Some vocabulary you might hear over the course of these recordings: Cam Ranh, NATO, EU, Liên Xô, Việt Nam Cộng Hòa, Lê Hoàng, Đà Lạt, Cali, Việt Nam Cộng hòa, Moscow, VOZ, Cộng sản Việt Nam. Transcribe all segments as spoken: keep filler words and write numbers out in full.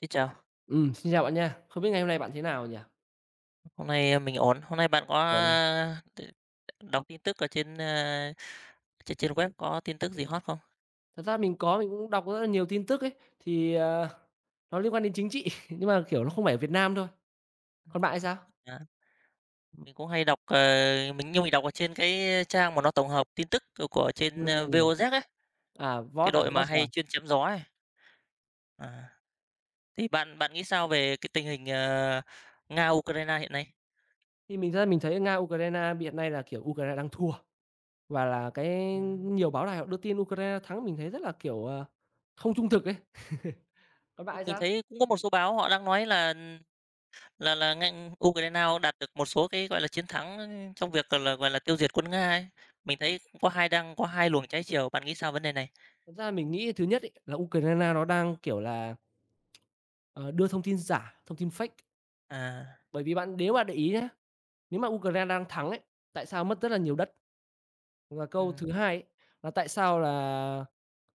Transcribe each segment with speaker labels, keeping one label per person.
Speaker 1: Xin chào,
Speaker 2: Ừm, xin chào bạn nha. Không biết ngày hôm nay bạn thế nào nhỉ?
Speaker 1: hôm nay ờ, mình ổn. Hôm nay bạn có
Speaker 2: Ổn anh.
Speaker 1: t đọc tin tức ở trên, a, trên trên web có tin tức gì hot không?
Speaker 2: Thật ra mình có mình cũng đọc rất là nhiều tin tức ấy, thì, ờ, nó liên quan đến chính trị, nhưng mà, kiểu, nó không phải ở Việt Nam thôi. Còn bạn thì sao?
Speaker 1: À, mình cũng hay đọc, ờ, mình nhưng mình đọc ở trên cái trang mà nó tổng hợp tin tức c của trên, a,
Speaker 2: Ừm.
Speaker 1: vê ô dét ấy,
Speaker 2: À,
Speaker 1: cái
Speaker 2: VóT à?
Speaker 1: đội
Speaker 2: VóT
Speaker 1: mà
Speaker 2: giờ.
Speaker 1: hay chuyên chém gió ấy. À, thì bạn bạn nghĩ sao về cái tình hình, ờ, Nga, Ukraine hiện nay?
Speaker 2: Thì mình ra mình thấy Nga, Ukraine hiện nay là, kiểu, Ukraine đang thua và là cái
Speaker 1: Ừm,
Speaker 2: nhiều báo đài họ đưa tin Ukraine thắng mình thấy rất là, kiểu, ờ, không trung thực ấy. Còn bạn thì
Speaker 1: nhưng mình
Speaker 2: sao?
Speaker 1: thấy cũng có một số báo họ đang nói là ừ, Là là nganh Ukraine cũng đạt được một số cái, gọi là, chiến thắng, trong việc, gọi là, gọi là, tiêu diệt quân Nga ấy. Mình thấy có hai đang có hai luồng trái chiều, bạn nghĩ sao vấn đề này?
Speaker 2: Thật ra mình nghĩ thứ nhất ấy là Ukraine nó đang, kiểu là, ờ, đưa thông tin giả, thông tin fake.
Speaker 1: À,
Speaker 2: Bởi vì bạn nếu bạn để ý nhé. Nếu mà Ukraine đang thắng ấy, tại sao mất rất là nhiều đất? Và câu
Speaker 1: ừm,
Speaker 2: thứ hai ấy, là tại sao là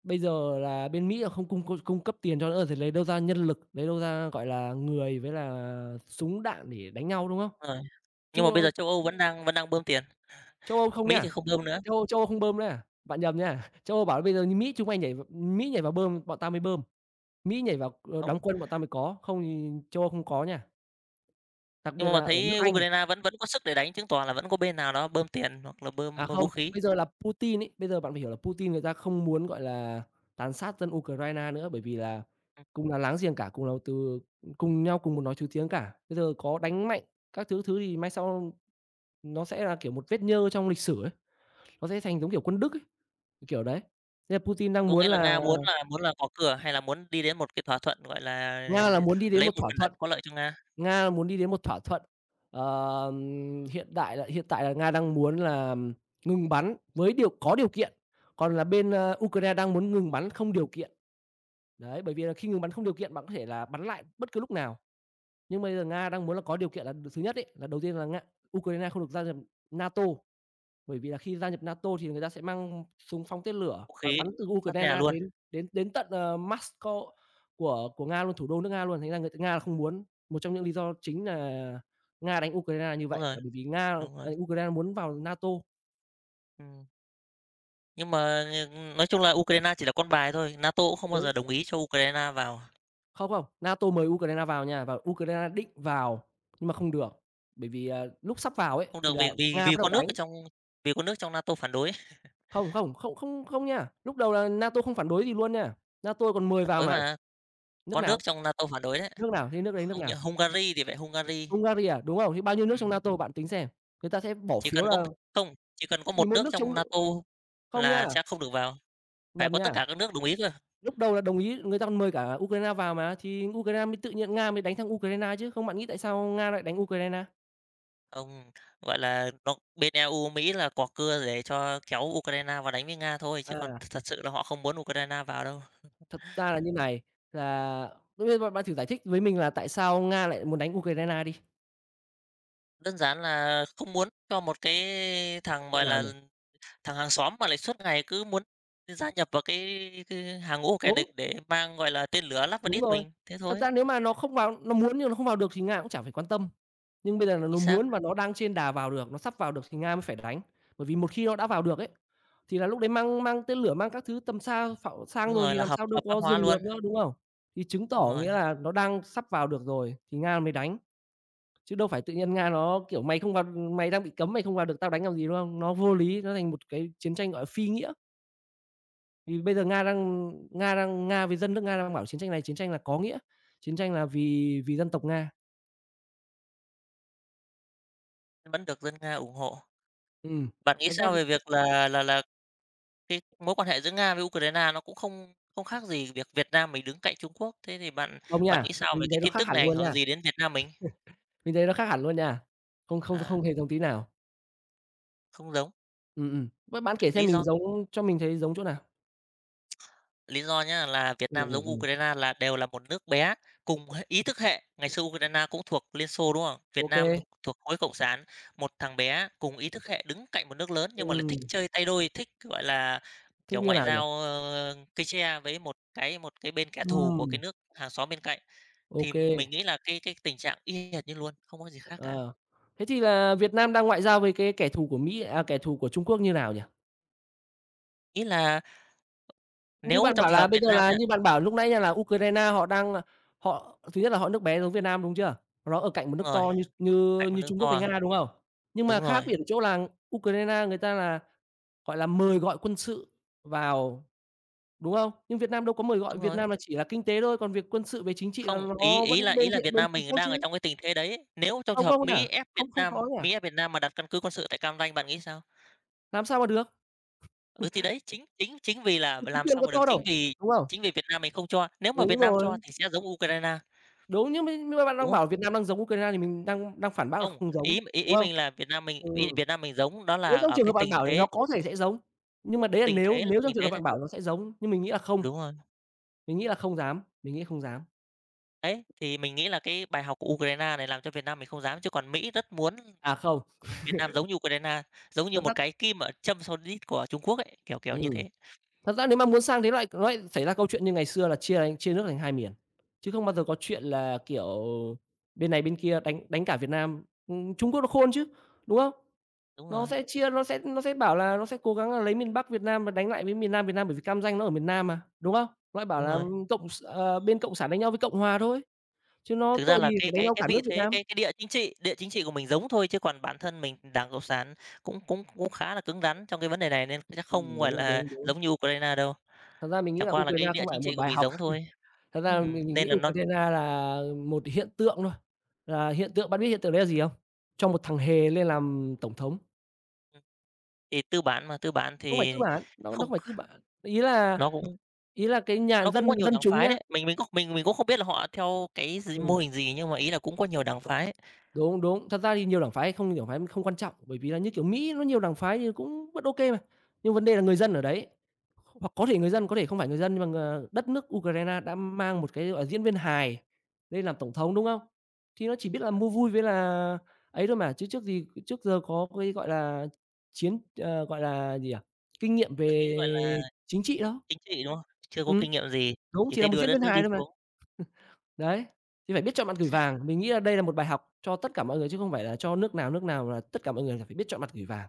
Speaker 2: bây giờ là bên Mỹ là không cung cung cung cấp tiền cho nữa thì lấy đâu ra nhân lực, lấy đâu ra, gọi là, người với là súng đạn để đánh nhau, đúng không?
Speaker 1: rồi. Nhưng
Speaker 2: Châu
Speaker 1: mà bây
Speaker 2: Âu
Speaker 1: giờ châu Âu vẫn đang vẫn đang bơm tiền,
Speaker 2: Châu Âu không
Speaker 1: Mỹ thì
Speaker 2: nha.
Speaker 1: không bơm nữa.
Speaker 2: Châu Âu Châu Âu không bơm nữa à? Bạn nhầm nha. Châu Âu bảo bây giờ như Mỹ chúng mày nhảy vào, Mỹ nhảy vào bơm, bọn tao mới bơm. Mỹ nhảy vào, ờ,
Speaker 1: Không,
Speaker 2: đóng quân bọn tao mới có, không thì Châu Âu không có nha, đặc biệt
Speaker 1: nhưng mà
Speaker 2: là ở nước
Speaker 1: thấy
Speaker 2: Anh.
Speaker 1: Ukraine vẫn vẫn có sức để đánh, chứng tỏ là vẫn có bên nào đó bơm tiền hoặc là bơm
Speaker 2: À,
Speaker 1: vũ
Speaker 2: không,
Speaker 1: khí.
Speaker 2: bây giờ là Putin ấy, bây giờ bạn phải hiểu là Putin người ta không muốn, gọi là, tàn sát dân Ukraine nữa, bởi vì là
Speaker 1: Ừm,
Speaker 2: cùng là láng giềng cả, cùng là từ cùng nhau cùng một nói thứ tiếng cả. Bây giờ có đánh mạnh các thứ thứ thì mai sau nó sẽ là, kiểu, một vết nhơ trong lịch sử ấy, nó sẽ thành giống kiểu quân Đức ấy, kiểu, đấy. Nên là Putin đang
Speaker 1: có
Speaker 2: muốn
Speaker 1: nghĩa là
Speaker 2: là
Speaker 1: Nga muốn là muốn là gõ cửa hay là muốn đi đến một cái thỏa thuận, gọi là,
Speaker 2: Nga là muốn đi đến
Speaker 1: lấy
Speaker 2: một
Speaker 1: một
Speaker 2: thỏa
Speaker 1: phần đất
Speaker 2: thuận.
Speaker 1: có lợi cho Nga,
Speaker 2: Nga muốn đi đến một thỏa thuận, ờm, hiện đại là hiện tại là Nga đang muốn là ngừng bắn với điều có điều kiện, còn là bên, ơ, Ukraine đang muốn ngừng bắn không điều kiện. Đấy, bởi vì là khi ngừng bắn không điều kiện bạn có thể là bắn lại bất cứ lúc nào, nhưng bây giờ Nga đang muốn là có điều kiện là thứ nhất ấy, là đầu tiên là Nga Ukraine không được gia nhập NATO. Bởi vì là khi gia nhập NATO thì người ta sẽ mang súng phóng tên lửa
Speaker 1: vũ
Speaker 2: và
Speaker 1: khí,
Speaker 2: bắn từ
Speaker 1: sát nhà
Speaker 2: Ukraine
Speaker 1: luôn.
Speaker 2: đến đến đến tận, ờ, Moscow của của Nga luôn, thủ đô nước Nga luôn, thành ra người Nga là không muốn. Một trong những lý do chính là Nga đánh Ukraine là như
Speaker 1: Đúng
Speaker 2: vậy,
Speaker 1: rồi,
Speaker 2: là bởi vì Nga
Speaker 1: đúng rồi,
Speaker 2: à, Ukraine muốn vào NATO.
Speaker 1: ừm. Nhưng mà, nói chung là Ukraine chỉ là con bài thôi, NATO cũng không bao
Speaker 2: Đúng.
Speaker 1: giờ đồng ý cho Ukraine vào.
Speaker 2: Không, không, NATO mời Ukraine vào nha, và Ukraine định vào nhưng mà không được, bởi vì, à, lúc sắp vào ấy
Speaker 1: Không
Speaker 2: thì
Speaker 1: được
Speaker 2: là
Speaker 1: vì vì
Speaker 2: Nga
Speaker 1: vì
Speaker 2: bắt đầu
Speaker 1: có nước
Speaker 2: đánh.
Speaker 1: ở trong vì có nước trong NATO phản đối
Speaker 2: Không, không, không, không, không nha, lúc đầu là NATO không phản đối gì luôn nha, NATO còn mời
Speaker 1: phản
Speaker 2: vào
Speaker 1: đối
Speaker 2: mà,
Speaker 1: mà,
Speaker 2: nước
Speaker 1: có nước
Speaker 2: nào,
Speaker 1: trong NATO phản đối đấy.
Speaker 2: nước nào, thế nước đấy nước
Speaker 1: Không
Speaker 2: nào.
Speaker 1: như Hungary thì vậy, Hungary,
Speaker 2: Hungary à? Đúng không? Thì bao nhiêu nước trong
Speaker 1: ừm,
Speaker 2: NATO bạn tính xem, người ta sẽ bỏ
Speaker 1: chỉ
Speaker 2: phiếu
Speaker 1: cần có một
Speaker 2: là
Speaker 1: không, chỉ cần có
Speaker 2: chỉ
Speaker 1: một
Speaker 2: một
Speaker 1: nước
Speaker 2: nước chống
Speaker 1: trong NATO
Speaker 2: không nha,
Speaker 1: là sẽ không được vào, phải
Speaker 2: nhầm
Speaker 1: có tất
Speaker 2: nha,
Speaker 1: cả các nước đồng ý cơ.
Speaker 2: lúc đầu là đồng ý người ta còn mời cả Ukraine vào mà, thì Ukraine mới tự nhiên Nga mới đánh thắng Ukraine chứ, không bạn nghĩ tại sao Nga lại đánh Ukraine?
Speaker 1: Ông, gọi là, nó bên e u, Mỹ là quọt cưa để cho kéo Ukraine vào đánh với Nga thôi, chứ còn
Speaker 2: À,
Speaker 1: thật sự là họ không muốn Ukraine vào đâu.
Speaker 2: thật ra là như này, là bây giờ bạn bạn thử giải thích với mình là tại sao Nga lại muốn đánh Ukraine đi,
Speaker 1: Đơn giản là không muốn cho một cái thằng,
Speaker 2: như
Speaker 1: gọi
Speaker 2: nào
Speaker 1: là,
Speaker 2: nhỉ?
Speaker 1: thằng hàng xóm mà lại suốt ngày cứ muốn gia nhập vào cái cái hàng ngũ của kẻ địch
Speaker 2: Đúng.
Speaker 1: để mang, gọi là, tên lửa lắp vào
Speaker 2: Đúng
Speaker 1: đít
Speaker 2: rồi.
Speaker 1: mình, thế
Speaker 2: Thật
Speaker 1: thôi.
Speaker 2: ra nếu mà nó không vào nó muốn nhưng nó không vào được thì Nga cũng chả phải quan tâm. Nhưng bây giờ là
Speaker 1: Chính
Speaker 2: nó
Speaker 1: xác,
Speaker 2: muốn và nó đang trên đà vào được, nó sắp vào được thì Nga mới phải đánh. Bởi vì một khi nó đã vào được ấy, thì là lúc đấy mang mang tên lửa, mang các thứ tầm xa phạo sang
Speaker 1: đúng
Speaker 2: rồi
Speaker 1: rồi,
Speaker 2: thì
Speaker 1: là
Speaker 2: làm
Speaker 1: hợp
Speaker 2: sao đâu
Speaker 1: hợp pháp
Speaker 2: có
Speaker 1: hóa
Speaker 2: dừng
Speaker 1: luôn,
Speaker 2: được nữa, đúng không? Thì chứng
Speaker 1: đúng
Speaker 2: tỏ
Speaker 1: rồi,
Speaker 2: nghĩa là nó đang sắp vào được rồi thì Nga mới đánh, chứ đâu phải tự nhiên Nga nó, kiểu, "Mày không vào, mày đang bị cấm, mày không vào được tao đánh làm gì", đúng không? Nó vô lý, nó thành một cái chiến tranh, gọi là, phi nghĩa vì bây giờ Nga đang Nga đang Nga với dân nước Nga đang bảo chiến tranh này chiến tranh là có nghĩa, chiến tranh là vì vì dân tộc Nga.
Speaker 1: vẫn được dân Nga ủng hộ.
Speaker 2: Ừm,
Speaker 1: Bạn nghĩ
Speaker 2: thật ra
Speaker 1: sao
Speaker 2: thì
Speaker 1: về việc là là là cái mối quan hệ giữa Nga với Ukraine nó cũng không không khác gì việc Việt Nam mình đứng cạnh Trung Quốc, thế thì bạn
Speaker 2: Không
Speaker 1: bạn
Speaker 2: nha,
Speaker 1: nghĩ sao
Speaker 2: mình
Speaker 1: về cái
Speaker 2: thấy nó
Speaker 1: tin
Speaker 2: khác
Speaker 1: tức
Speaker 2: hẳn
Speaker 1: này ảnh
Speaker 2: luôn
Speaker 1: hưởng
Speaker 2: nha,
Speaker 1: gì đến Việt Nam mình?
Speaker 2: mình thấy nó khác hẳn luôn nha, không không
Speaker 1: À,
Speaker 2: không hề giống tí nào.
Speaker 1: không giống,
Speaker 2: Ừm, ừm, b bạn kể xem
Speaker 1: lý
Speaker 2: mình
Speaker 1: do?
Speaker 2: giống cho mình thấy giống chỗ nào?
Speaker 1: Lý do nhá, là Việt
Speaker 2: Ừm,
Speaker 1: Nam
Speaker 2: ừm,
Speaker 1: giống
Speaker 2: ừm,
Speaker 1: Ukraine là đều là một nước bé, cùng h ý thức hệ. Ngày xưa Ukraine cũng thuộc Liên Xô, đúng không?
Speaker 2: ô
Speaker 1: Việt
Speaker 2: kê,
Speaker 1: Nam thuộc khối cộng sản, một thằng bé cùng ý thức hệ đứng cạnh một nước lớn nhưng mà lại
Speaker 2: ừm,
Speaker 1: thích chơi tay đôi, thích, gọi là,
Speaker 2: thích
Speaker 1: kiểu,
Speaker 2: như
Speaker 1: ngoại
Speaker 2: nào nhỉ?
Speaker 1: giao, ơ, cây tre với một cái một cái bên kẻ thù của
Speaker 2: Ừm,
Speaker 1: cái nước hàng xóm bên cạnh.
Speaker 2: ô
Speaker 1: Thì
Speaker 2: kê,
Speaker 1: mình nghĩ là cái cái tình trạng y hệt như luôn, không có gì khác cả.
Speaker 2: ờ. Thế thì là Việt Nam đang ngoại giao với cái kẻ thù của Mỹ à, kẻ thù của Trung Quốc như nào nhỉ?
Speaker 1: Ý là
Speaker 2: Như
Speaker 1: nếu
Speaker 2: bạn
Speaker 1: trong
Speaker 2: bảo
Speaker 1: trường
Speaker 2: là
Speaker 1: hợp
Speaker 2: bây
Speaker 1: Việt
Speaker 2: giờ
Speaker 1: Nam
Speaker 2: là
Speaker 1: nha
Speaker 2: như bạn bảo lúc nãy nha là Ukraine họ đang, à, họ thứ nhất là họ nước bé giống Việt Nam, đúng chưa? Nó ở cạnh một
Speaker 1: đúng
Speaker 2: nước
Speaker 1: rồi,
Speaker 2: to như như
Speaker 1: cạnh một
Speaker 2: như
Speaker 1: nước
Speaker 2: Trung Quốc với
Speaker 1: to,
Speaker 2: Nga, đúng không? Nhưng mà
Speaker 1: đúng
Speaker 2: khác
Speaker 1: rồi,
Speaker 2: biệt ở chỗ là Ukraine người ta là, gọi là, mời gọi quân sự vào, đúng không? Nhưng Việt Nam đâu có mời gọi,
Speaker 1: đúng
Speaker 2: Việt
Speaker 1: rồi.
Speaker 2: Nam là chỉ là kinh tế thôi, còn việc quân sự về chính trị là
Speaker 1: Không, ý
Speaker 2: nó
Speaker 1: ý là
Speaker 2: vẫn bên
Speaker 1: ý là
Speaker 2: thiện
Speaker 1: Việt
Speaker 2: bên
Speaker 1: Nam
Speaker 2: Trung
Speaker 1: mình
Speaker 2: Quốc chứ.
Speaker 1: đang ở trong cái tình thế đấy. Nếu trong trường
Speaker 2: Không,
Speaker 1: hợp
Speaker 2: không nhỉ?
Speaker 1: Mỹ ép Việt
Speaker 2: Không không có
Speaker 1: Nam
Speaker 2: nhỉ?
Speaker 1: Mỹ ép Việt Nam mà đặt căn cứ quân sự tại Cam Ranh, bạn nghĩ sao?
Speaker 2: Làm sao mà được,
Speaker 1: Ừ, thì đấy, chính chính chính vì là
Speaker 2: thì chính
Speaker 1: làm
Speaker 2: quyền
Speaker 1: sao
Speaker 2: có
Speaker 1: mà
Speaker 2: cho
Speaker 1: được, chính
Speaker 2: đâu,
Speaker 1: vì
Speaker 2: đúng không?
Speaker 1: chính vì Việt Nam mình không cho. Nếu mà
Speaker 2: Đúng
Speaker 1: Việt Nam cho
Speaker 2: rồi,
Speaker 1: thì sẽ giống Ukraine,
Speaker 2: đúng, nhưng mà nhưng mà bạn
Speaker 1: đúng
Speaker 2: đang
Speaker 1: không?
Speaker 2: bảo Việt Nam đang giống Ukraine thì mình đang đang phản bác là
Speaker 1: Không,
Speaker 2: không giống,
Speaker 1: ý ý
Speaker 2: đúng
Speaker 1: ý
Speaker 2: không?
Speaker 1: mình là Việt Nam mình ý
Speaker 2: Ừm,
Speaker 1: Việt Nam mình giống đó
Speaker 2: nếu
Speaker 1: là
Speaker 2: trong
Speaker 1: ở
Speaker 2: trường hợp
Speaker 1: cái
Speaker 2: bạn
Speaker 1: tình
Speaker 2: bảo thì nó
Speaker 1: thế
Speaker 2: có thể sẽ giống, nhưng mà đấy là
Speaker 1: tình
Speaker 2: nếu,
Speaker 1: thế
Speaker 2: nếu trong
Speaker 1: tình
Speaker 2: trường hợp
Speaker 1: thế là
Speaker 2: bạn bảo nó sẽ giống, nhưng mình nghĩ là không,
Speaker 1: đúng rồi.
Speaker 2: mình nghĩ là không dám, mình nghĩ không dám.
Speaker 1: Đấy, thì mình nghĩ là cái bài học của Ukraine này làm cho Việt Nam mình không dám, chứ còn Mỹ rất muốn
Speaker 2: À, không,
Speaker 1: Việt Nam giống như Ukraine, giống
Speaker 2: thật
Speaker 1: như
Speaker 2: ra
Speaker 1: một cái kim ở châm sô đít của Trung Quốc ấy, kiểu, kiểu như
Speaker 2: ừm,
Speaker 1: thế.
Speaker 2: thật ra nếu mà muốn sang thế lại nó lại xảy ra câu chuyện như ngày xưa là chia thành chia nước thành hai miền, chứ không bao giờ có chuyện là, kiểu, bên này bên kia đánh đánh cả Việt Nam. Ừm, Trung Quốc nó khôn chứ, đúng không?
Speaker 1: Đúng
Speaker 2: Nó
Speaker 1: rồi,
Speaker 2: sẽ chia nó sẽ nó sẽ bảo là nó sẽ cố gắng là lấy miền Bắc Việt Nam và đánh lại với miền Nam Việt Nam bởi vì Cam Ranh nó ở miền Nam mà, đúng không? Nó lại bảo
Speaker 1: đúng
Speaker 2: là ừ,
Speaker 1: rồi.
Speaker 2: cộng s ờ, bên Cộng sản đánh nhau với Cộng hòa thôi. Chứ nó
Speaker 1: Thực ra
Speaker 2: tội gì
Speaker 1: là
Speaker 2: phải
Speaker 1: cái
Speaker 2: đánh
Speaker 1: cái
Speaker 2: nhau
Speaker 1: cái
Speaker 2: cả nước
Speaker 1: vị
Speaker 2: Việt
Speaker 1: thế,
Speaker 2: Nam.
Speaker 1: cái cái địa chính trị địa chính trị của mình giống thôi, chứ còn bản thân mình Đảng Cộng sản cũng cũng cũng khá là cứng rắn trong cái vấn đề này, nên chắc
Speaker 2: Ừm,
Speaker 1: không phải
Speaker 2: đúng,
Speaker 1: là
Speaker 2: đúng, đúng.
Speaker 1: giống như Ukraine đâu.
Speaker 2: Thật ra mình nghĩ
Speaker 1: Chẳng
Speaker 2: là
Speaker 1: qua là
Speaker 2: Ukraine
Speaker 1: cái địa
Speaker 2: không phải
Speaker 1: chính
Speaker 2: một
Speaker 1: trị của
Speaker 2: bài
Speaker 1: mình
Speaker 2: học,
Speaker 1: giống thôi,
Speaker 2: thật ra
Speaker 1: ừm,
Speaker 2: mình mình
Speaker 1: nên
Speaker 2: nghĩ
Speaker 1: là nó
Speaker 2: Ukraine là một hiện tượng thôi, là hiện tượng bạn biết hiện tượng đấy là gì không? Cho một thằng hề lên làm tổng thống, nó
Speaker 1: thì tư bản mà, tư bản
Speaker 2: không phải
Speaker 1: thì
Speaker 2: tư bản, nó nó
Speaker 1: không
Speaker 2: không phải tư bản. Ý là
Speaker 1: nó cũng
Speaker 2: ý là cái nhà
Speaker 1: nó cũng
Speaker 2: dân
Speaker 1: có nhiều
Speaker 2: dân
Speaker 1: đảng
Speaker 2: chúng
Speaker 1: phái
Speaker 2: nhá.
Speaker 1: đấy. Mình mình cũng mình mình cũng không biết là họ theo cái gì mô
Speaker 2: Ừm.
Speaker 1: hình gì, nhưng mà ý là cũng có nhiều đảng phái.
Speaker 2: Đúng, đúng. Thật ra thì nhiều đảng phái không nhiều đảng phái không quan trọng, bởi vì là, như kiểu, Mỹ nó nhiều đảng phái thì cũng vẫn ok mà. Nhưng vấn đề là người dân ở đấy, hoặc có thể người dân, có thể không phải người dân, nhưng mà ng đất nước Ukraine đã mang một cái, gọi là, diễn viên hài lên làm tổng thống, đúng không? Thì nó chỉ biết là mua vui với là ấy thôi mà, chứ trước gì trước giờ có cái, gọi là, chiến ờ, gọi là, gì nhỉ, kinh nghiệm
Speaker 1: Tôi thấy, gọi là,
Speaker 2: về chính trị đâu.
Speaker 1: chính trị, đúng không? Chưa có
Speaker 2: Ừm,
Speaker 1: kinh nghiệm gì,
Speaker 2: đúng,
Speaker 1: chỉ
Speaker 2: chỉ là
Speaker 1: thấy
Speaker 2: một
Speaker 1: đưa
Speaker 2: diễn
Speaker 1: đất
Speaker 2: viên
Speaker 1: nước
Speaker 2: hài
Speaker 1: đi
Speaker 2: thôi mà.
Speaker 1: xuống.
Speaker 2: Đấy, thì phải biết chọn mặt gửi vàng. Mình nghĩ là đây là một bài học cho tất cả mọi người chứ không phải là cho nước nào nước nào là tất cả mọi người là phải biết chọn mặt gửi vàng.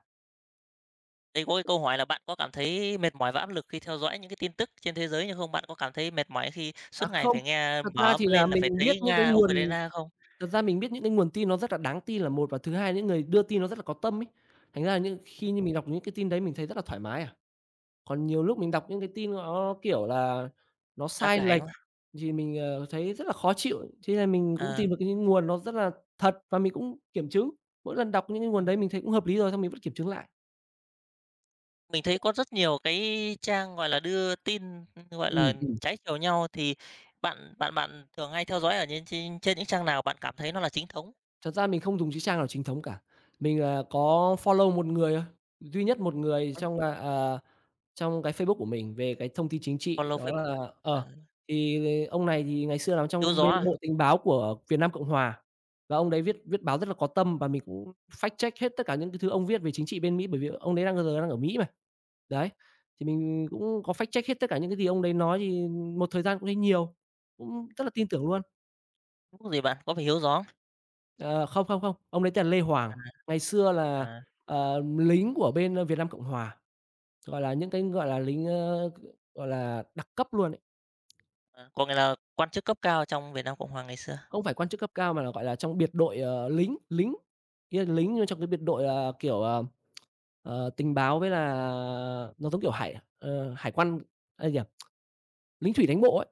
Speaker 1: Đây có cái câu hỏi là bạn có cảm thấy mệt mỏi và áp lực khi theo dõi những cái tin tức trên thế giới này không? Bạn có cảm thấy mệt mỏi khi
Speaker 2: À,
Speaker 1: suốt ngày
Speaker 2: không,
Speaker 1: phải nghe
Speaker 2: thật
Speaker 1: mở
Speaker 2: ra thì
Speaker 1: ấm
Speaker 2: là
Speaker 1: lên là phải
Speaker 2: mình biết
Speaker 1: thấy
Speaker 2: những cái
Speaker 1: Nga,
Speaker 2: nguồn
Speaker 1: Ukraine không?
Speaker 2: thật ra mình biết những cái nguồn tin nó rất là đáng tin là một, và thứ hai những người đưa tin nó rất là có tâm ấy. Thành ra là những khi như mình đọc những cái tin đấy mình thấy rất là thoải mái à. Còn nhiều lúc mình đọc những cái tin nó, kiểu là, nó
Speaker 1: Lá
Speaker 2: sai
Speaker 1: cải,
Speaker 2: lệch
Speaker 1: đúng không?
Speaker 2: thì mình, ờ, thấy rất là khó chịu. Thế là mình cũng
Speaker 1: Ờ,
Speaker 2: tìm được những nguồn nó rất là thật và mình cũng kiểm chứng. Mỗi lần đọc những cái nguồn
Speaker 1: ừm.
Speaker 2: đấy mình thấy cũng hợp lý rồi xong mình vẫn kiểm chứng lại.
Speaker 1: Mình thấy có rất nhiều cái trang, gọi là, đưa tin, gọi là,
Speaker 2: Ừm, ừm.
Speaker 1: trái chiều nhau thì bạn bạn bạn thường hay theo dõi ở những trên trên những trang nào bạn cảm thấy nó là chính thống?
Speaker 2: Thật ra mình không dùng chữ trang nào chính thống cả. Mình, ờ, có follow một người thôi, duy nhất một người
Speaker 1: Follow
Speaker 2: trong, à, à, trong cái Facebook của mình về cái thông tin chính trị,
Speaker 1: follow
Speaker 2: đó
Speaker 1: Facebook
Speaker 2: là
Speaker 1: à?
Speaker 2: ờ,
Speaker 1: À,
Speaker 2: thì ông này thì ngày xưa làm
Speaker 1: Hiếu
Speaker 2: trong
Speaker 1: gió
Speaker 2: bên
Speaker 1: à?
Speaker 2: Bộ Tình báo của Việt Nam Cộng Hòa, và ông đấy viết viết báo rất là có tâm và mình cũng fact check hết tất cả những cái thứ ông viết về chính trị bên Mỹ, bởi vì ông đấy đang giờ đang ở Mỹ mà. Đấy, thì mình cũng có fact check hết tất cả những cái gì ông đấy nói thì một thời gian cũng thấy nhiều, cũng rất là tin tưởng luôn.
Speaker 1: Facebook gì bạn? Có phải Hiếu gió không?
Speaker 2: Ờ, không, không, không, ông đấy tên là Lê Hoàng.
Speaker 1: À,
Speaker 2: Ngày xưa là,
Speaker 1: à,
Speaker 2: ờ, lính của bên, ơ, Việt Nam Cộng Hòa, gọi là, những cái, gọi là, lính, ơ, gọi là, đặc cấp luôn ấy,
Speaker 1: à, có nghĩa là quan chức cấp cao trong Việt Nam Cộng hòa ngày xưa.
Speaker 2: không phải quan chức cấp cao mà là, gọi là, trong biệt đội, ờ, lính lính, ý là lính nhưng trong cái biệt đội, ờ, kiểu, ờ, ờ, tình báo với là nó giống kiểu hải ờ, hải quan ây nhỉ, lính thủy đánh bộ ấy.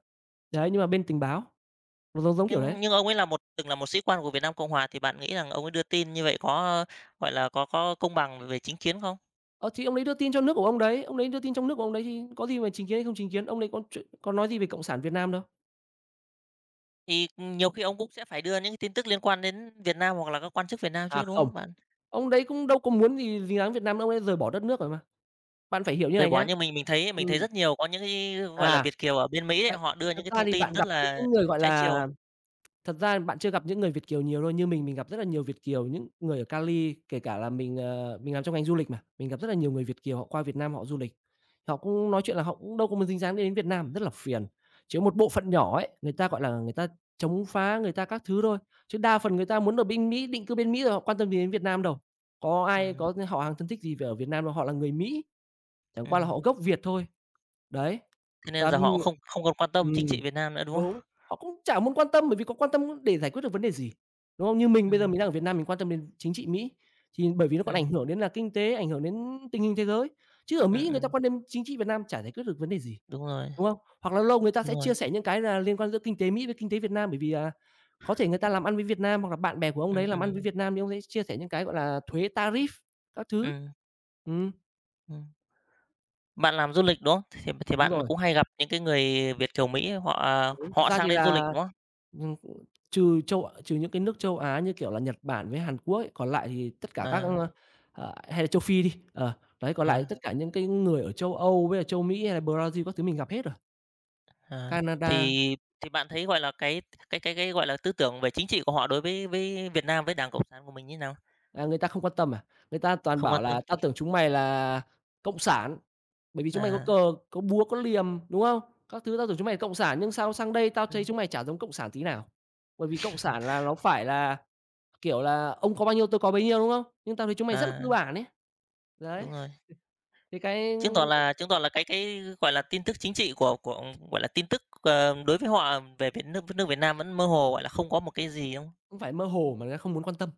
Speaker 2: Đấy, nhưng mà bên tình báo, nó giống giống kiểu đấy.
Speaker 1: Nhưng nhưng ông ấy là một từng là một sĩ quan của Việt Nam Cộng hòa thì bạn nghĩ rằng ông ấy đưa tin như vậy có, gọi là, có có công bằng về chính kiến không?
Speaker 2: Ờ, thì ông đấy đưa tin cho nước của ông đấy, ông đấy đưa tin trong nước của ông đấy thì có gì mà chính kiến hay không chính kiến, ông đấy có chuyện có nói gì về Cộng sản Việt Nam đâu.
Speaker 1: Thì, ừ, nhiều khi ông cũng sẽ phải đưa những cái tin tức liên quan đến Việt Nam hoặc là các quan chức Việt Nam
Speaker 2: À,
Speaker 1: chứ, đúng
Speaker 2: không.
Speaker 1: không bạn?
Speaker 2: Ông đấy cũng đâu có muốn gì dính dáng Việt Nam đâu ông ấy rời bỏ đất nước rồi mà. Bạn phải hiểu như
Speaker 1: Rời
Speaker 2: này
Speaker 1: bỏ
Speaker 2: nhá.
Speaker 1: như mình mình thấy mình thấy
Speaker 2: Ừm,
Speaker 1: rất nhiều có những cái, gọi là,
Speaker 2: à,
Speaker 1: Việt kiều ở bên Mỹ ấy,
Speaker 2: đấy,
Speaker 1: họ đưa
Speaker 2: thật
Speaker 1: những cái
Speaker 2: ra
Speaker 1: thông
Speaker 2: thì
Speaker 1: tin
Speaker 2: bạn
Speaker 1: rất
Speaker 2: gặp cái
Speaker 1: là
Speaker 2: những người, gọi
Speaker 1: trái chiều.
Speaker 2: là. Thật ra bạn chưa gặp những người Việt kiều nhiều đâu, như mình mình gặp rất là nhiều Việt kiều, những người ở Cali, kể cả là mình, ờ, mình làm trong ngành du lịch mà, mình gặp rất là nhiều người Việt kiều họ qua Việt Nam họ du lịch. Họ cũng nói chuyện là họ cũng đâu có muốn dính dáng đến Việt Nam, rất là phiền. Chỉ có một bộ phận nhỏ ấy, người ta, gọi là, người ta chống phá, người ta các thứ thôi, chứ đa phần người ta muốn ở bên Mỹ, định cư bên Mỹ rồi họ quan tâm gì đến Việt Nam đâu. Có ai
Speaker 1: Ừm,
Speaker 2: có họ hàng thân thích gì về ở Việt Nam đâu, họ là người Mỹ, chẳng qua là
Speaker 1: ừm,
Speaker 2: họ gốc Việt thôi. Đấy,
Speaker 1: thế
Speaker 2: và,
Speaker 1: nên giờ họ
Speaker 2: ừm
Speaker 1: cũng không không còn quan tâm chính trị Việt Nam nữa, đúng
Speaker 2: Đúng,
Speaker 1: không?
Speaker 2: họ cũng chả muốn quan tâm bởi vì có quan tâm để giải quyết được vấn đề gì, đúng không? Như mình bây giờ
Speaker 1: Ừm,
Speaker 2: mình đang ở Việt Nam mình quan tâm đến chính trị Mỹ, thì bởi vì nó còn ảnh
Speaker 1: ừm,
Speaker 2: hưởng đến là kinh tế, ảnh hưởng đến tình hình thế giới, chứ ở
Speaker 1: ừm,
Speaker 2: Mỹ người ta
Speaker 1: ừm,
Speaker 2: quan tâm chính trị Việt Nam chả giải quyết được vấn đề gì,
Speaker 1: đúng rồi,
Speaker 2: đúng không? Hoặc là lâu người ta
Speaker 1: đúng
Speaker 2: sẽ
Speaker 1: rồi.
Speaker 2: chia sẻ những cái là liên quan giữa kinh tế Mỹ với kinh tế Việt Nam bởi vì, à, có thể người ta làm ăn với Việt Nam hoặc là bạn bè của ông
Speaker 1: Ừm,
Speaker 2: đấy làm ăn với
Speaker 1: ừm,
Speaker 2: Việt Nam thì ông ấy chia sẻ những cái, gọi là, thuế, tarif các thứ.
Speaker 1: ừm,
Speaker 2: Ừm,
Speaker 1: ừm. Bạn làm du lịch, đúng không? Thì thì
Speaker 2: đúng
Speaker 1: bạn
Speaker 2: rồi,
Speaker 1: cũng hay gặp những cái người Việt kiều Mỹ họ à,
Speaker 2: đúng, thật
Speaker 1: họ
Speaker 2: ra
Speaker 1: sang
Speaker 2: thì
Speaker 1: đây du lịch,
Speaker 2: là.
Speaker 1: đúng không?
Speaker 2: Nhưng cũng trừ châu trừ những cái nước châu Á như, kiểu là, Nhật Bản với Hàn Quốc ấy, còn lại thì tất cả các,
Speaker 1: Ờ,
Speaker 2: ơ, ờ, hay là châu Phi đi, ờ, đấy, còn
Speaker 1: ờ,
Speaker 2: lại tất cả những cái người ở châu Âu với là châu Mỹ hay là Brazil các thứ mình gặp hết rồi.
Speaker 1: ờ.
Speaker 2: Canada,
Speaker 1: Thì thì bạn thấy, gọi là, cái cái cái cái, gọi là, tư tưởng về chính trị của họ đối với với Việt Nam, với Đảng Cộng sản của mình như nào?
Speaker 2: à, người ta không quan tâm à? Người ta toàn
Speaker 1: Không
Speaker 2: bảo
Speaker 1: quan tâm?
Speaker 2: là "Tao tưởng chúng mày là cộng sản, bởi vì chúng mày có
Speaker 1: À,
Speaker 2: cờ, có búa, có liềm, đúng không? Các thứ tao tưởng chúng mày là cộng sản, nhưng sao sang đây tao thấy
Speaker 1: ừm.
Speaker 2: chúng mày chả giống cộng sản tí nào. Bởi vì cộng sản là nó phải là, kiểu là, ông có bao nhiêu tôi có bấy nhiêu, đúng không? Nhưng tao thấy chúng mày rất là tư
Speaker 1: À,
Speaker 2: bản" ấy. Đấy.
Speaker 1: đúng rồi.
Speaker 2: Thì cái
Speaker 1: Chứng tỏ là chứng tỏ là cái cái, gọi là, tin tức chính trị của của, gọi là, tin tức, ờ, đối với họ về Việt nước nước Việt Nam vẫn mơ hồ, gọi là, không có một cái gì, đúng không?
Speaker 2: không phải mơ hồ mà người ta không muốn quan tâm.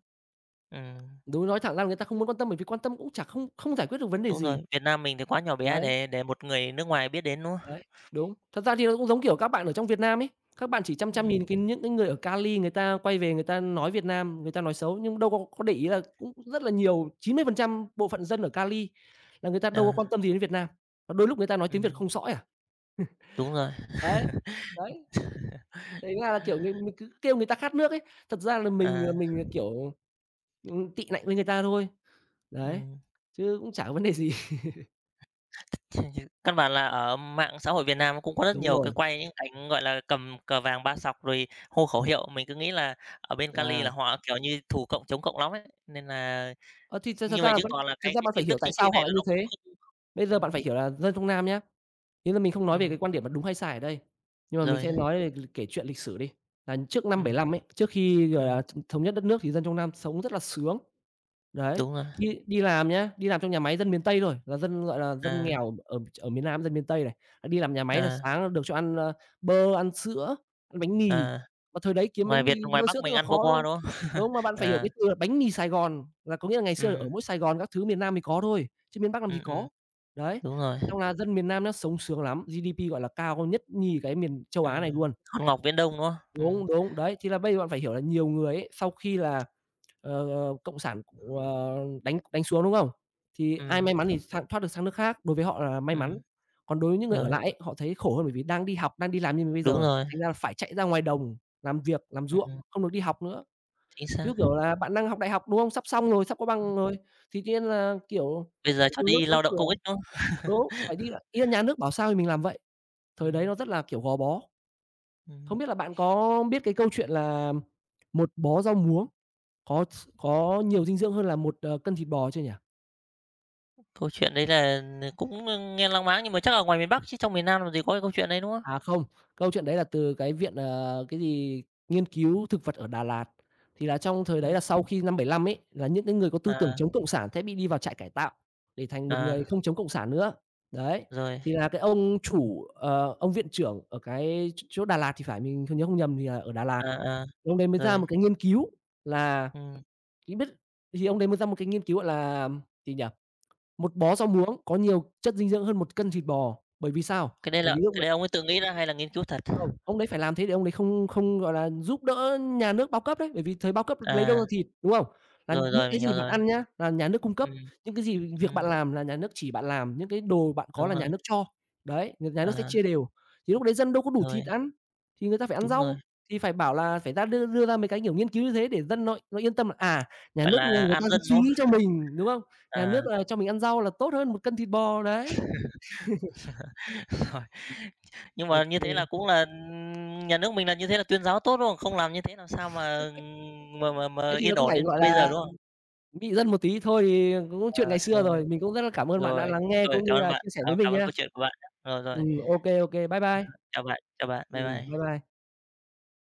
Speaker 1: Ừm,
Speaker 2: Đúng, nói thẳng ra là người ta không muốn quan tâm bởi vì quan tâm cũng chả không không giải quyết được vấn đề
Speaker 1: đúng rồi.
Speaker 2: gì.
Speaker 1: Việt Nam mình thì quá nhỏ bé
Speaker 2: Đấy,
Speaker 1: để để một người nước ngoài biết đến, đúng không?
Speaker 2: đấy, đúng. Thật ra thì nó cũng giống, kiểu, các bạn ở trong Việt Nam ấy, các bạn chỉ chăm chăm
Speaker 1: Ừm,
Speaker 2: nhìn cái những cái người ở Cali người ta quay về người ta nói Việt Nam, người ta nói xấu, nhưng đâu có có để ý là cũng rất là nhiều, chín mươi phần trăm bộ phận dân ở Cali là người ta đâu có
Speaker 1: Ờ.
Speaker 2: quan tâm gì đến Việt Nam, và đôi lúc người ta nói tiếng Việt
Speaker 1: Ừm,
Speaker 2: không sõi à.
Speaker 1: Đúng rồi,
Speaker 2: Đấy, đấy, thành ra là, kiểu, mình mình cứ kêu người ta khát nước ấy, thật ra là mình là
Speaker 1: à,
Speaker 2: mình, ờ, kiểu, ừm, tị nạnh với người ta thôi. Đấy,
Speaker 1: ừm.
Speaker 2: chứ cũng chả có vấn đề gì.
Speaker 1: Căn bản là ở mạng xã hội Việt Nam cũng có rất
Speaker 2: Đúng
Speaker 1: nhiều cái
Speaker 2: rồi,
Speaker 1: quay những cảnh, gọi là, cầm cờ vàng ba sọc rồi hô khẩu hiệu, mình cứ nghĩ là ở bên
Speaker 2: à,
Speaker 1: Cali là họ, kiểu như, thù cộng, chống cộng lắm ấy, nên là
Speaker 2: ơ, thì thật thật
Speaker 1: như
Speaker 2: ra
Speaker 1: vậy
Speaker 2: là
Speaker 1: chứng
Speaker 2: vẫn
Speaker 1: tỏ là
Speaker 2: thật
Speaker 1: cái
Speaker 2: ra
Speaker 1: cái
Speaker 2: bạn phải
Speaker 1: tin
Speaker 2: hiểu
Speaker 1: tức
Speaker 2: tại
Speaker 1: chính trị
Speaker 2: sao họ
Speaker 1: này
Speaker 2: lại
Speaker 1: là
Speaker 2: như
Speaker 1: nó cũng
Speaker 2: thế.
Speaker 1: không
Speaker 2: Bây giờ
Speaker 1: ừm,
Speaker 2: bạn phải hiểu là dân Trung Nam nhá, ý là mình không nói về
Speaker 1: ừm,
Speaker 2: cái quan điểm là đúng hay sai ở đây, nhưng mà mình
Speaker 1: rồi,
Speaker 2: sẽ nói về l kể chuyện lịch sử đi, là trước năm bảy
Speaker 1: ừm,
Speaker 2: lăm ấy, trước khi, gọi
Speaker 1: ừm,
Speaker 2: là, thống nhất đất nước thì dân Trung Nam sống rất là sướng. Đấy,
Speaker 1: đúng rồi,
Speaker 2: đi đi làm nhá, đi làm trong nhà máy dân miền Tây rồi là dân, gọi là, dân
Speaker 1: à,
Speaker 2: nghèo ở ở miền Nam, dân miền Tây này, à, đi làm nhà máy là
Speaker 1: à,
Speaker 2: sáng được cho ăn, ơ, bơ, ăn sữa, ăn bánh mì,
Speaker 1: à,
Speaker 2: mà thời đấy kiếm bánh
Speaker 1: ngoài Việt
Speaker 2: mì,
Speaker 1: ngoài
Speaker 2: bơ,
Speaker 1: Bắc
Speaker 2: sữa rất
Speaker 1: mình
Speaker 2: là
Speaker 1: ăn bo
Speaker 2: khó, đúng
Speaker 1: bo,
Speaker 2: không?
Speaker 1: đúng không?
Speaker 2: Đúng không? Mà bạn phải hiểu
Speaker 1: Ờ,
Speaker 2: cái từ là bánh mì Sài Gòn, là có nghĩa là ngày xưa ở
Speaker 1: ừm,
Speaker 2: mỗi Sài Gòn các thứ miền Nam mới có thôi, chứ miền Bắc làm gì
Speaker 1: ừm, ừm,
Speaker 2: có. Đấy,
Speaker 1: đúng rồi,
Speaker 2: xong là dân miền Nam nó sống sướng lắm, giê đê pê, gọi là, cao nhất nhì cái miền châu Á này
Speaker 1: ừm,
Speaker 2: luôn.
Speaker 1: hòn ngọc viễn đông, đúng không? Ừm,
Speaker 2: Đúng, đúng, đấy, thì là bây giờ bạn phải hiểu là nhiều người ấy, sau khi là Ờ, ờ, cộng sản, ờ, đánh đánh xuống, đúng không? Thì ai
Speaker 1: ừm.
Speaker 2: may mắn thì sang thoát được sang nước khác, đối với họ là may mắn.
Speaker 1: Ừm,
Speaker 2: Còn đối với những người ở
Speaker 1: rồi,
Speaker 2: lại ấy, họ thấy khổ hơn bởi vì đang đi học, đang đi làm như mình bây
Speaker 1: đúng
Speaker 2: giờ,
Speaker 1: rồi,
Speaker 2: thành ra là phải chạy ra ngoài đồng làm việc, làm ruộng,
Speaker 1: ừm,
Speaker 2: không được đi học nữa.
Speaker 1: chính
Speaker 2: Ví
Speaker 1: xác.
Speaker 2: dụ, kiểu là, bạn đang học đại học, đúng không? Sắp xong rồi, sắp có bằng rồi, thì tự nhiên là, kiểu,
Speaker 1: Bây giờ cho
Speaker 2: trường lớp
Speaker 1: đi
Speaker 2: đóng
Speaker 1: lao động
Speaker 2: cửa
Speaker 1: công ích, đúng không?
Speaker 2: đúng, phải đi lại ý là nhà nước bảo sao thì mình làm vậy. Thời đấy
Speaker 1: Ừm,
Speaker 2: nó rất là, kiểu, gò bó. Không
Speaker 1: ừm,
Speaker 2: biết là bạn có biết cái câu chuyện là "Một bó rau muống" có s có nhiều dinh dưỡng hơn là một, ờ, cân thịt bò chưa nhỉ?
Speaker 1: câu chuyện đấy là cũng, nghe lăng máng nhưng mà chắc ở ngoài miền Bắc chứ trong miền Nam làm gì có cái câu chuyện đấy, đúng không?
Speaker 2: À, không, câu chuyện đấy là từ cái viện, ờ, cái gì, nghiên cứu thực vật ở Đà Lạt. Thì là trong thời đấy
Speaker 1: Ừm,
Speaker 2: là sau khi năm bảy lăm ấy, là những cái người có tư tưởng
Speaker 1: à,
Speaker 2: chống cộng sản sẽ bị đi vào trại cải tạo để thành một người
Speaker 1: à,
Speaker 2: không chống cộng sản nữa. Đấy,
Speaker 1: rồi,
Speaker 2: thì là cái ông chủ, ờ, ông viện trưởng ở cái ch chỗ Đà Lạt thì phải, mình không nhớ không nhầm thì là ở Đà Lạt,
Speaker 1: à, à,
Speaker 2: ông đấy mới ra
Speaker 1: rồi,
Speaker 2: một cái nghiên cứu là
Speaker 1: ừm,
Speaker 2: thì biết thì ông đấy mới ra một cái nghiên cứu, gọi là, gì nhỉ? Một bó rau muống có nhiều chất dinh dưỡng hơn một cân thịt bò, bởi vì sao?
Speaker 1: cái đấy
Speaker 2: Bởi
Speaker 1: là
Speaker 2: vì lúc
Speaker 1: cái đấy ông ấy tự nghĩ ra hay là nghiên cứu thật?
Speaker 2: không, ông đấy phải làm thế để ông đấy không không, gọi là, giúp đỡ nhà nước bao cấp đấy, bởi vì thời bao cấp lấy đâu
Speaker 1: À,
Speaker 2: ra thịt, đúng không? Là
Speaker 1: rồi,
Speaker 2: những
Speaker 1: rồi,
Speaker 2: cái
Speaker 1: mình hiểu
Speaker 2: gì bạn
Speaker 1: rồi.
Speaker 2: ăn nhá, là nhà nước cung cấp,
Speaker 1: Ừm,
Speaker 2: những cái gì việc bạn
Speaker 1: ừm,
Speaker 2: làm là nhà nước chỉ bạn làm, những cái đồ bạn có
Speaker 1: đúng
Speaker 2: là
Speaker 1: rồi,
Speaker 2: nhà nước cho. Đấy, n nhà nước sẽ
Speaker 1: à,
Speaker 2: chia đều, thì lúc đấy dân đâu có đủ
Speaker 1: rồi,
Speaker 2: thịt ăn, thì người ta phải ăn
Speaker 1: đúng rồi,
Speaker 2: rau, thì phải bảo là phải ra đưa đưa ra mấy cái, kiểu, nghiên cứu như thế để dân nó nó yên tâm là, à, nhà
Speaker 1: gọi
Speaker 2: nước người
Speaker 1: là,
Speaker 2: người
Speaker 1: an
Speaker 2: ta
Speaker 1: dân,
Speaker 2: suy
Speaker 1: đúng không?
Speaker 2: nghĩ cho mình, đúng không? Nhà
Speaker 1: À.
Speaker 2: nước là cho mình ăn rau là tốt hơn một cân thịt bò, đấy.
Speaker 1: Rồi. Nhưng
Speaker 2: Ô
Speaker 1: mà như
Speaker 2: kê,
Speaker 1: thế là cũng là, ừm, nhà nước mình là như thế là tuyên giáo tốt, đúng không? Không làm như thế làm sao mà, ừm, mà mà
Speaker 2: đấy
Speaker 1: mà
Speaker 2: thì
Speaker 1: yên
Speaker 2: nó cũng
Speaker 1: ổn
Speaker 2: phải,
Speaker 1: đến
Speaker 2: gọi
Speaker 1: bây giờ,
Speaker 2: là.
Speaker 1: đúng không?
Speaker 2: Bị dân một tí thôi thì cũng chuyện
Speaker 1: À,
Speaker 2: ngày xưa
Speaker 1: rồi,
Speaker 2: rồi. Mình cũng rất là cảm ơn bạn đã
Speaker 1: rồi,
Speaker 2: lắng nghe
Speaker 1: rồi,
Speaker 2: cũng như
Speaker 1: cảm ơn
Speaker 2: là
Speaker 1: bạn,
Speaker 2: chia sẻ với
Speaker 1: ờ,
Speaker 2: mình
Speaker 1: cảm ơn
Speaker 2: nha.
Speaker 1: câu chuyện của bạn nhá. Rồi, rồi,
Speaker 2: Ừm, ô kê, ô kê. Bye bye.
Speaker 1: chào bạn, chào bạn, bye
Speaker 2: Ừm, bye
Speaker 1: bye.
Speaker 2: bye.